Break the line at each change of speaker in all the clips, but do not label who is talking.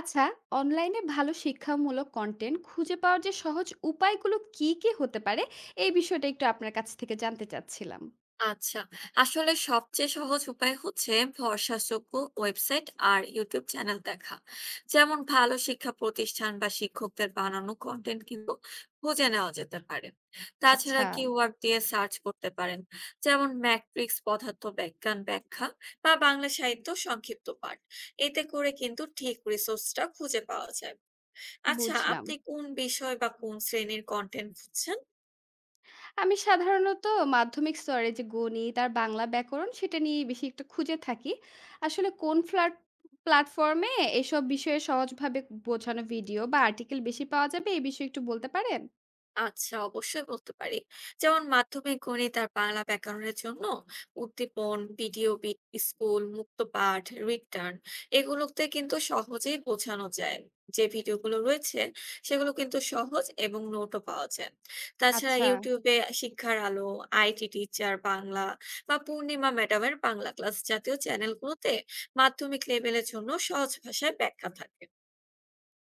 আচ্ছা, অনলাইনে ভালো শিক্ষামূলক কন্টেন্ট খুঁজে পাওয়ার যে সহজ উপায়গুলো কি কি হতে পারে এই বিষয়টা একটু আপনার কাছ থেকে জানতে চাচ্ছিলাম।
আচ্ছা, আসলে সবচেয়ে সহজ উপায় হচ্ছে ভরসাযোগ্য ওয়েবসাইট আর ইউটিউব চ্যানেল দেখা। যেমন ভালো শিক্ষা প্রতিষ্ঠান বা শিক্ষকদের বানানো কন্টেন্ট কিন্তু খুঁজে নেওয়া যেতে পারে। তাছাড়া
আচ্ছা,
কিওয়ার্ড দিয়ে সার্চ করতে পারেন। যেমন ম্যাট্রিক্স পদার্থবিজ্ঞান ব্যাখ্যা বা বাংলা সাহিত্য সংক্ষিপ্ত পাঠ। এতে করে কিন্তু ঠিক রিসোর্সটা খুঁজে পাওয়া যায়। আচ্ছা,
বুঝলাম।
আপনি কোন বিষয় বা কোন শ্রেণীর কন্টেন্ট খুঁজছেন?
আমি সাধারণত মাধ্যমিক স্তরে যে গণিত আর বাংলা ব্যাকরণ সেটা নিয়ে বেশি একটু খুঁজে থাকি। আসলে কোন ফ্লাট প্ল্যাটফর্মে এসব বিষয়ে সহজভাবে বোঝানো ভিডিও বা আর্টিকেল বেশি পাওয়া যাবে এই বিষয়ে একটু বলতে পারেন?
আচ্ছা অবশ্যই বলতে পারি, যেমন মাধ্যমিক গণিত আর বাংলা ব্যাকরণের জন্য উদ্দীপন ভিডিও বিট স্কুল মুক্ত পাঠ রিটার্ন এগুলোতে কিন্তু সহজেই বোঝানো যায়। যে ভিডিওগুলো রয়েছে সেগুলো কিন্তু সহজ এবং নোটও পাওয়া যায়। তাছাড়া
আচ্ছা।
ইউটিউবে শিক্ষার আলো, আইটি টিচার বাংলা বা পূর্ণিমা ম্যাডামের বাংলা ক্লাস জাতীয় চ্যানেলগুলোতে মাধ্যমিক লেভেলের জন্য সহজ ভাষায় ব্যাখ্যা থাকে।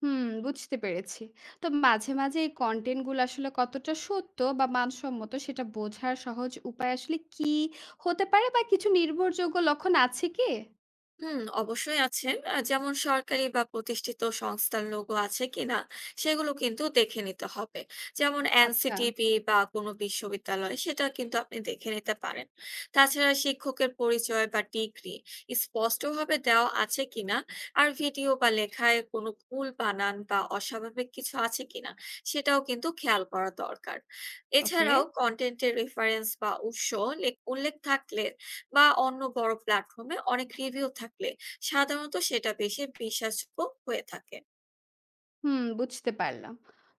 হুম, বুঝতে পেরেছি। তো মাঝে মাঝে এই কনটেন্ট গুলো আসলে কতটা সত্য বা মানসম্মত সেটা বোঝার সহজ উপায় আসলে কি হতে পারে বা কিছু নির্ভরযোগ্য লক্ষণ আছে কি?
হুম, অবশ্যই আছে। যেমন সরকারি বা প্রতিষ্ঠিত সংস্থার লোগো আছে কিনা সেগুলো কিন্তু দেখে নিতে হবে। যেমন
আচ্ছা,
NCTP বা কোনো বিশ্ববিদ্যালয় সেটা কিন্তু আপনি দেখে নিতে পারেন। তাছাড়া শিক্ষকের পরিচয় বা ডিগ্রি স্পষ্টভাবে দেওয়া আছে কিনা, আর ভিডিও বা লেখায় কোনো ভুল বানান বা অস্বাভাবিক কিছু আছে কিনা সেটাও কিন্তু খেয়াল করা দরকার।
ওকে।
এছাড়াও কনটেন্টের রেফারেন্স বা উৎস উল্লেখ থাকলে বা অন্য বড় প্ল্যাটফর্মে অনেক রিভিউ থাকলে সাধারণত সেটা বেশি বিশ্বাসযোগ্য হয়ে থাকে।
হুম, বুঝতে পারলাম।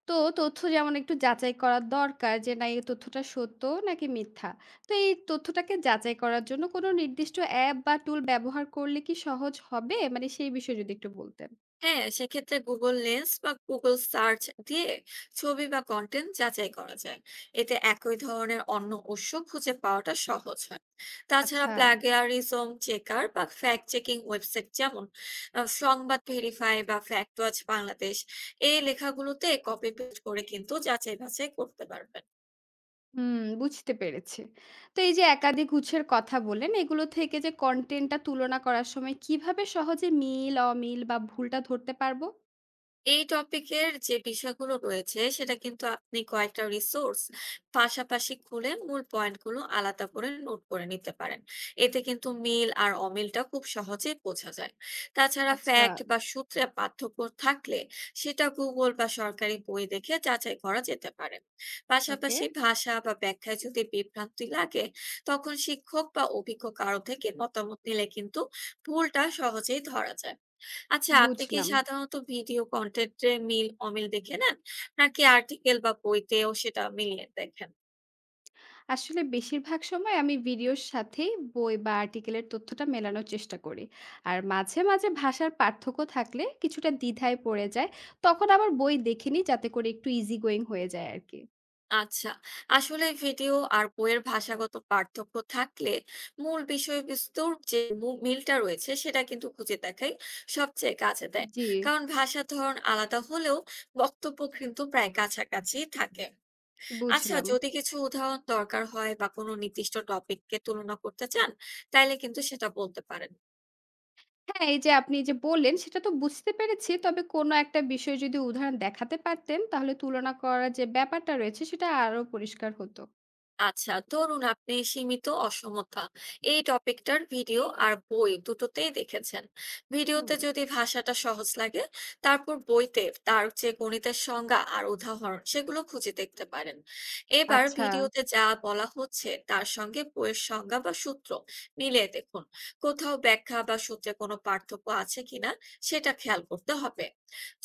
তো তথ্য যেমন একটু যাচাই করা দরকার যে না এই তথ্যটা সত্য নাকি মিথ্যা। তো এই তথ্যটাকে যাচাই করার জন্য কোনো নির্দিষ্ট অ্যাপ বা টুল ব্যবহার করলে কি সহজ হবে? মানে সেই বিষয়ে যদি একটু বলতেন।
হ্যাঁ, সেক্ষেত্রে গুগল লেন্স বা গুগল সার্চ দিয়ে ছবি বা কন্টেন্ট যাচাই করা যায়, এতে একই ধরনের অন্য উৎস খুঁজে পাওয়াটা সহজ হয়। তাছাড়া
আচ্ছা।
প্লাগিয়ারিজম চেকার বা ফ্যাক্ট চেকিং ওয়েবসাইট যেমন সংবাদ ভেরিফাই বা ফ্যাক্ট ওয়াচ বাংলাদেশ, এই লেখাগুলোতে কপি পেস্ট করে কিন্তু যাচাই বাছাই করতে পারবেন।
হুম, বুঝতে পেরেছি। তো এই যে একাধিক উৎসের কথা বললেন, এগুলো থেকে যে কনটেন্টটা তুলনা করার সময় কিভাবে সহজে মিল, অমিল বা ভুলটা ধরতে পারবো?
এই টপিকের যে বিষয়গুলো রয়েছে সেটা কিন্তু আপনি কয়েকটা রিসোর্স পাশাপাশি খুলে মূল পয়েন্টগুলো আলাদা করে নোট করে নিতে পারেন। এতে কিন্তু মিল আর অমিলটা খুব সহজেই বোঝা যায়। তাছাড়া
আচ্ছা,
ফ্যাক্ট বা সূত্রে পার্থক্য থাকলে সেটা গুগল বা সরকারি বই দেখে যাচাই করা যেতে পারে।
ওকে,
পাশাপাশি ভাষা বা ব্যাখ্যায় যদি বিভ্রান্তি লাগে, তখন শিক্ষক বা অভিজ্ঞ কারো থেকে মতামত নিলে কিন্তু ভুলটা সহজেই ধরা যায়। আচ্ছা, আপনি কি
বুঝলাম।
সাধারণত ভিডিও কনটেন্টে মিল অমিল দেখে নেন? নাকি আর্টিকেল বা বইতেও সেটা মিলিয়ে দেখেন?
আসলে বেশিরভাগ সময় আমি ভিডিওর সাথেই বই বা আর্টিকেলের তথ্যটা মেলানোর চেষ্টা করি। আর মাঝে মাঝে ভাষার পার্থক্য থাকলে কিছুটা দ্বিধায় পড়ে যায়। তখন আবার বই দেখে নিই যাতে করে একটু ইজি গোয়িং হয়ে যায় আরকি।
আচ্ছা, আসলে ভিডিও আর বইয়ের ভাষাগত পার্থক্য থাকলে মূল বিষয়বস্তুর যে মিলটা রয়েছে সেটা কিন্তু খুঁজে দেখাই সবচেয়ে কাজে দেয়।
জি,
কারণ ভাষার ধরন আলাদা হলেও বক্তব্য কিন্তু প্রায় কাছাকাছি থাকে। আচ্ছা,
বুঝলাম।
যদি কিছু উদাহরণ দরকার হয় বা কোনো নির্দিষ্ট টপিককে তুলনা করতে চান, তাইলে কিন্তু সেটা বলতে পারেন।
হ্যাঁ, এই যে আপনি যে বললেন সেটা তো বুঝতে পেরেছি। তবে কোনো একটা বিষয় যদি উদাহরণ দেখাতে পারতেন তাহলে তুলনা করার যে ব্যাপারটা রয়েছে সেটা আরো পরিষ্কার হতো।
আচ্ছা, ধরুন আপনি সীমিত অসমতা এই টপিকটার ভিডিও আর বই দুটোতেই দেখেছেন।
হুম,
ভিডিওতে যদি ভাষাটা সহজ লাগে, তারপর বইতে তার যে গণিতের সংজ্ঞা আর উদাহরণ সেগুলো খুঁজে দেখতে পারেন। এবার
আচ্ছা,
ভিডিওতে যা বলা হচ্ছে তার সঙ্গে বইয়ের সংজ্ঞা বা সূত্র মিলিয়ে দেখুন, কোথাও ব্যাখ্যা বা সূত্রে কোনো পার্থক্য আছে কিনা সেটা খেয়াল করতে হবে।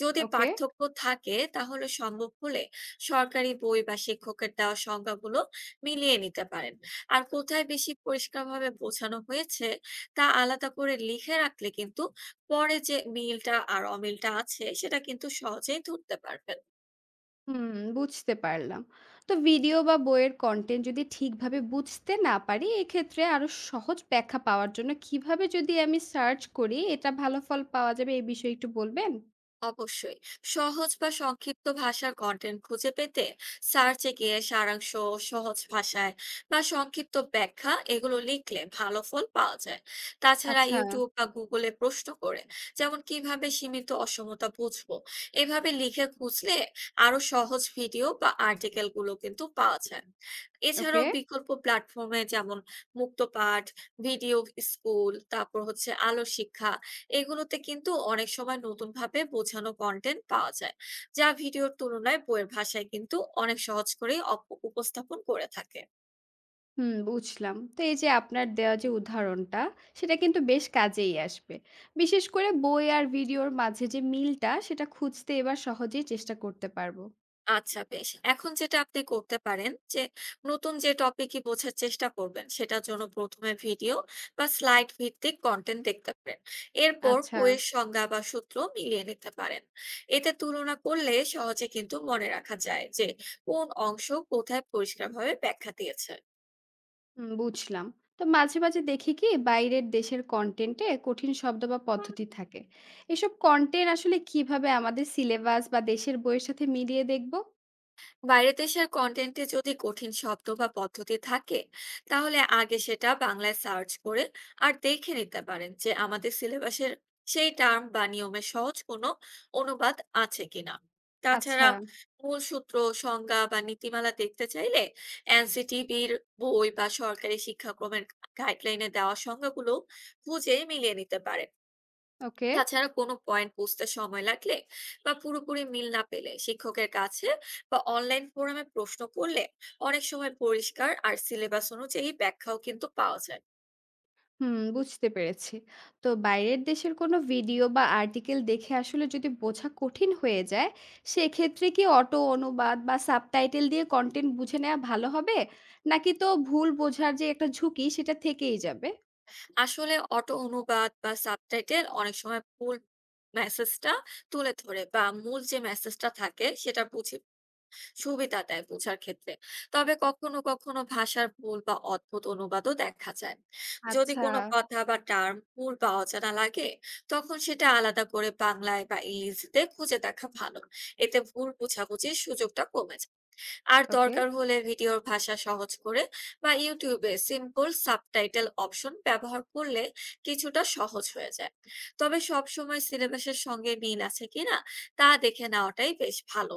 যদি
ওকে।
পার্থক্য থাকে তাহলে সম্ভব হলে সরকারি বই বা শিক্ষকের দেওয়া সংজ্ঞাগুলো মিলিয়ে নিতে পারেন। আর কোথায় বেশি পরিষ্কারভাবে বোঝানো হয়েছে তা আলাদা করে লিখে রাখলে কিন্তু পরে যে মিলটা আর অমিলটা আছে সেটা কিন্তু সহজেই ধরতে পারবেন।
হুম, বুঝতে পারলাম। তো ভিডিও বা বইয়ের কনটেন্ট যদি ঠিকভাবে বুঝতে না পারি এক্ষেত্রে আরো সহজ ব্যাখ্যা পাওয়ার জন্য কিভাবে যদি আমি সার্চ করি এটা ভালো ফল পাওয়া যাবে এই বিষয়ে একটু বলবেন?
অবশ্যই, সহজ বা সংক্ষিপ্ত ভাষার কন্টেন্ট খুঁজে পেতে সার্চে গিয়ে সারাংশ, সহজ ভাষায় বা সংক্ষিপ্ত ব্যাখ্যা এগুলো লিখলে ভালো ফল পাওয়া যায়। তাছাড়া
আচ্ছা,
ইউটিউব বা গুগলে প্রশ্ন করে, যেমন কিভাবে সীমিত অসমতা বুঝবো, এভাবে লিখে খুঁজলে আরো সহজ ভিডিও বা আর্টিকেল গুলো কিন্তু পাওয়া যায়। এছাড়াও
ওকে।
বিকল্প প্ল্যাটফর্মে যেমন মুক্তপাঠ ভিডিও স্কুল, তারপর হচ্ছে আলো শিক্ষা, এগুলোতে কিন্তু অনেক সময় নতুনভাবে বোঝানো কন্টেন্ট পাওয়া যায়, যা ভিডিওর তুলনায় বইয়ের ভাষায় কিন্তু অনেক সহজ করেই উপস্থাপন করে থাকে।
হুম, বুঝলাম। তো এই যে আপনার দেওয়া যে উদাহরণটা, সেটা কিন্তু বেশ কাজেই আসবে। বিশেষ করে বই আর ভিডিওর মাঝে যে মিলটা, সেটা খুঁজতে এবার সহজেই চেষ্টা করতে পারব।
আচ্ছা বেশ, এখন যেটা আপনি করতে পারেন যে, নতুন যে টপিকই বোঝার চেষ্টা করবেন সেটার জন্য প্রথমে ভিডিও বা স্লাইড ভিত্তিক কন্টেন্ট দেখতে পারেন। এরপর
আচ্ছা,
বইয়ের সংজ্ঞা বা সূত্র মিলিয়ে নিতে পারেন। এতে তুলনা করলে সহজে কিন্তু মনে রাখা যায় যে কোন অংশ কোথায় পরিষ্কারভাবে ব্যাখ্যা দিয়েছে।
হুম, বুঝলাম। তো মাঝে মাঝে দেখি কি বাইরের দেশের কনটেন্টে কঠিন শব্দ বা পদ্ধতি থাকে। এসব কনটেন্ট আসলে কিভাবে আমাদের সিলেবাস বা দেশের বইয়ের সাথে মিলিয়ে দেখব?
বাইরের দেশের কন্টেন্টে যদি কঠিন শব্দ বা পদ্ধতি থাকে তাহলে আগে সেটা বাংলায় সার্চ করে আর দেখে নিতে পারেন যে আমাদের সিলেবাসের সেই টার্ম বা নিয়মে সহজ কোনো অনুবাদ আছে কিনা।
আচ্ছা,
তাছাড়া মূল সূত্র, সংজ্ঞা বা নীতিমালা দেখতে চাইলে এনসিটিবির বই বা সরকারি শিক্ষাক্রমের গাইডলাইনে দেওয়া সংজ্ঞাগুলো বুঝে মিলিয়ে নিতে পারেন।
ওকে।
তাছাড়া কোনো পয়েন্ট বুঝতে সময় লাগলে বা পুরোপুরি মিল না পেলে শিক্ষকের কাছে বা অনলাইন ফোরামে প্রশ্ন করলে অনেক সময় পরিষ্কার আর সিলেবাস অনুযায়ী ব্যাখ্যাও কিন্তু পাওয়া যায়।
হুম, বুঝতে পেরেছি। তো বাইরের দেশের কোনো ভিডিও বা আর্টিকেল দেখে আসলে যদি বোঝা কঠিন হয়ে যায়, সেক্ষেত্রে কি অটো অনুবাদ বা সাবটাইটেল দিয়ে কনটেন্ট বুঝে নেওয়া ভালো হবে? নাকি তো ভুল বোঝার যে একটা ঝুঁকি সেটা থেকেই যাবে?
আসলে অটো অনুবাদ বা সাবটাইটেল অনেক সময় ভুল মেসেজটা তুলে ধরে, বা মূল যে মেসেজটা থাকে সেটা বুঝে সুবিধা দেয় বোঝার ক্ষেত্রে। তবে কখনো কখনো ভাষার ভুল বা অদ্ভুত অনুবাদও দেখা যায়। যদি
আচ্ছা,
কোনো কথা বা টার্ম ভুল বা অজানা লাগে তখন সেটা আলাদা করে বাংলায় বা ইংরেজিতে খুঁজে দেখা ভালো। এতে ভুল বোঝাবুঝির সুযোগটা কমে যায়। আর
ওকে।
দরকার হলে ভিডিওর ভাষা সহজ করে বা ইউটিউবে সিম্পল সাবটাইটেল অপশন ব্যবহার করলে কিছুটা সহজ হয়ে যায়। তবে সবসময় সিলেবাসের সঙ্গে মিল আছে কিনা তা দেখে নেওয়াটাই বেশ ভালো।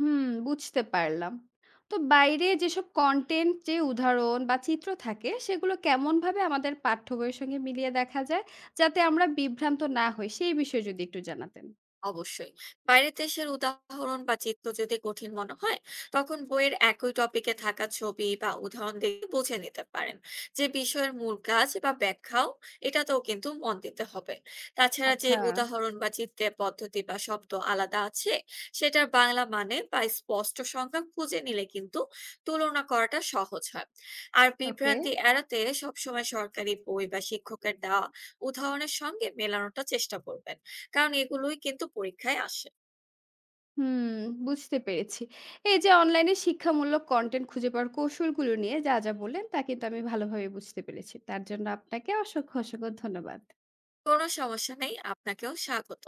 হুম, বুঝতে পারলাম। তো বাইরে যেসব কনটেন্ট যে উদাহরণ বা চিত্র থাকে, সেগুলো কেমনভাবে আমাদের পাঠ্য বইয়ের সঙ্গে মিলিয়ে দেখা যায়, যাতে আমরা বিভ্রান্ত না হই, সেই বিষয়ে যদি একটু জানাতেন।
অবশ্যই। বাইরের দেশের উদাহরণ বা চিত্র যদি কঠিন মনে হয়, তখন বইয়ের একই টপিকে থাকা ছবি বা উদাহরণ দেখে বুঝে নিতে পারেন। যে বিষয়ের মূল কাজ বা ব্যাখ্যাও এটাতেও কিন্তু মন দিতে হবে। তাছাড়া যে
আচ্ছা,
উদাহরণ বা চিত্রের পদ্ধতি বা শব্দ আলাদা আছে, সেটার বাংলা মানে বা স্পষ্ট সংজ্ঞা খুঁজে নিলে কিন্তু তুলনা করাটা সহজ হয়। আর
ওকে।
বিভ্রান্তি এড়াতে সবসময় সরকারি বই বা শিক্ষকের দেওয়া উদাহরণের সঙ্গে মেলানোটা চেষ্টা করবেন। কারণ এগুলোই কিন্তু পরীক্ষায় আসে।
হুম, বুঝতে পেরেছি। এই যে অনলাইনে শিক্ষামূলক কনটেন্ট খুঁজে পাওয়ার কৌশলগুলো নিয়ে যা যা বললেন তা কিন্তু আমি ভালোভাবে বুঝতে পেরেছি। তার জন্য আপনাকে অসংখ্য ধন্যবাদ।
কোনো সমস্যা নেই, আপনাকেও স্বাগত।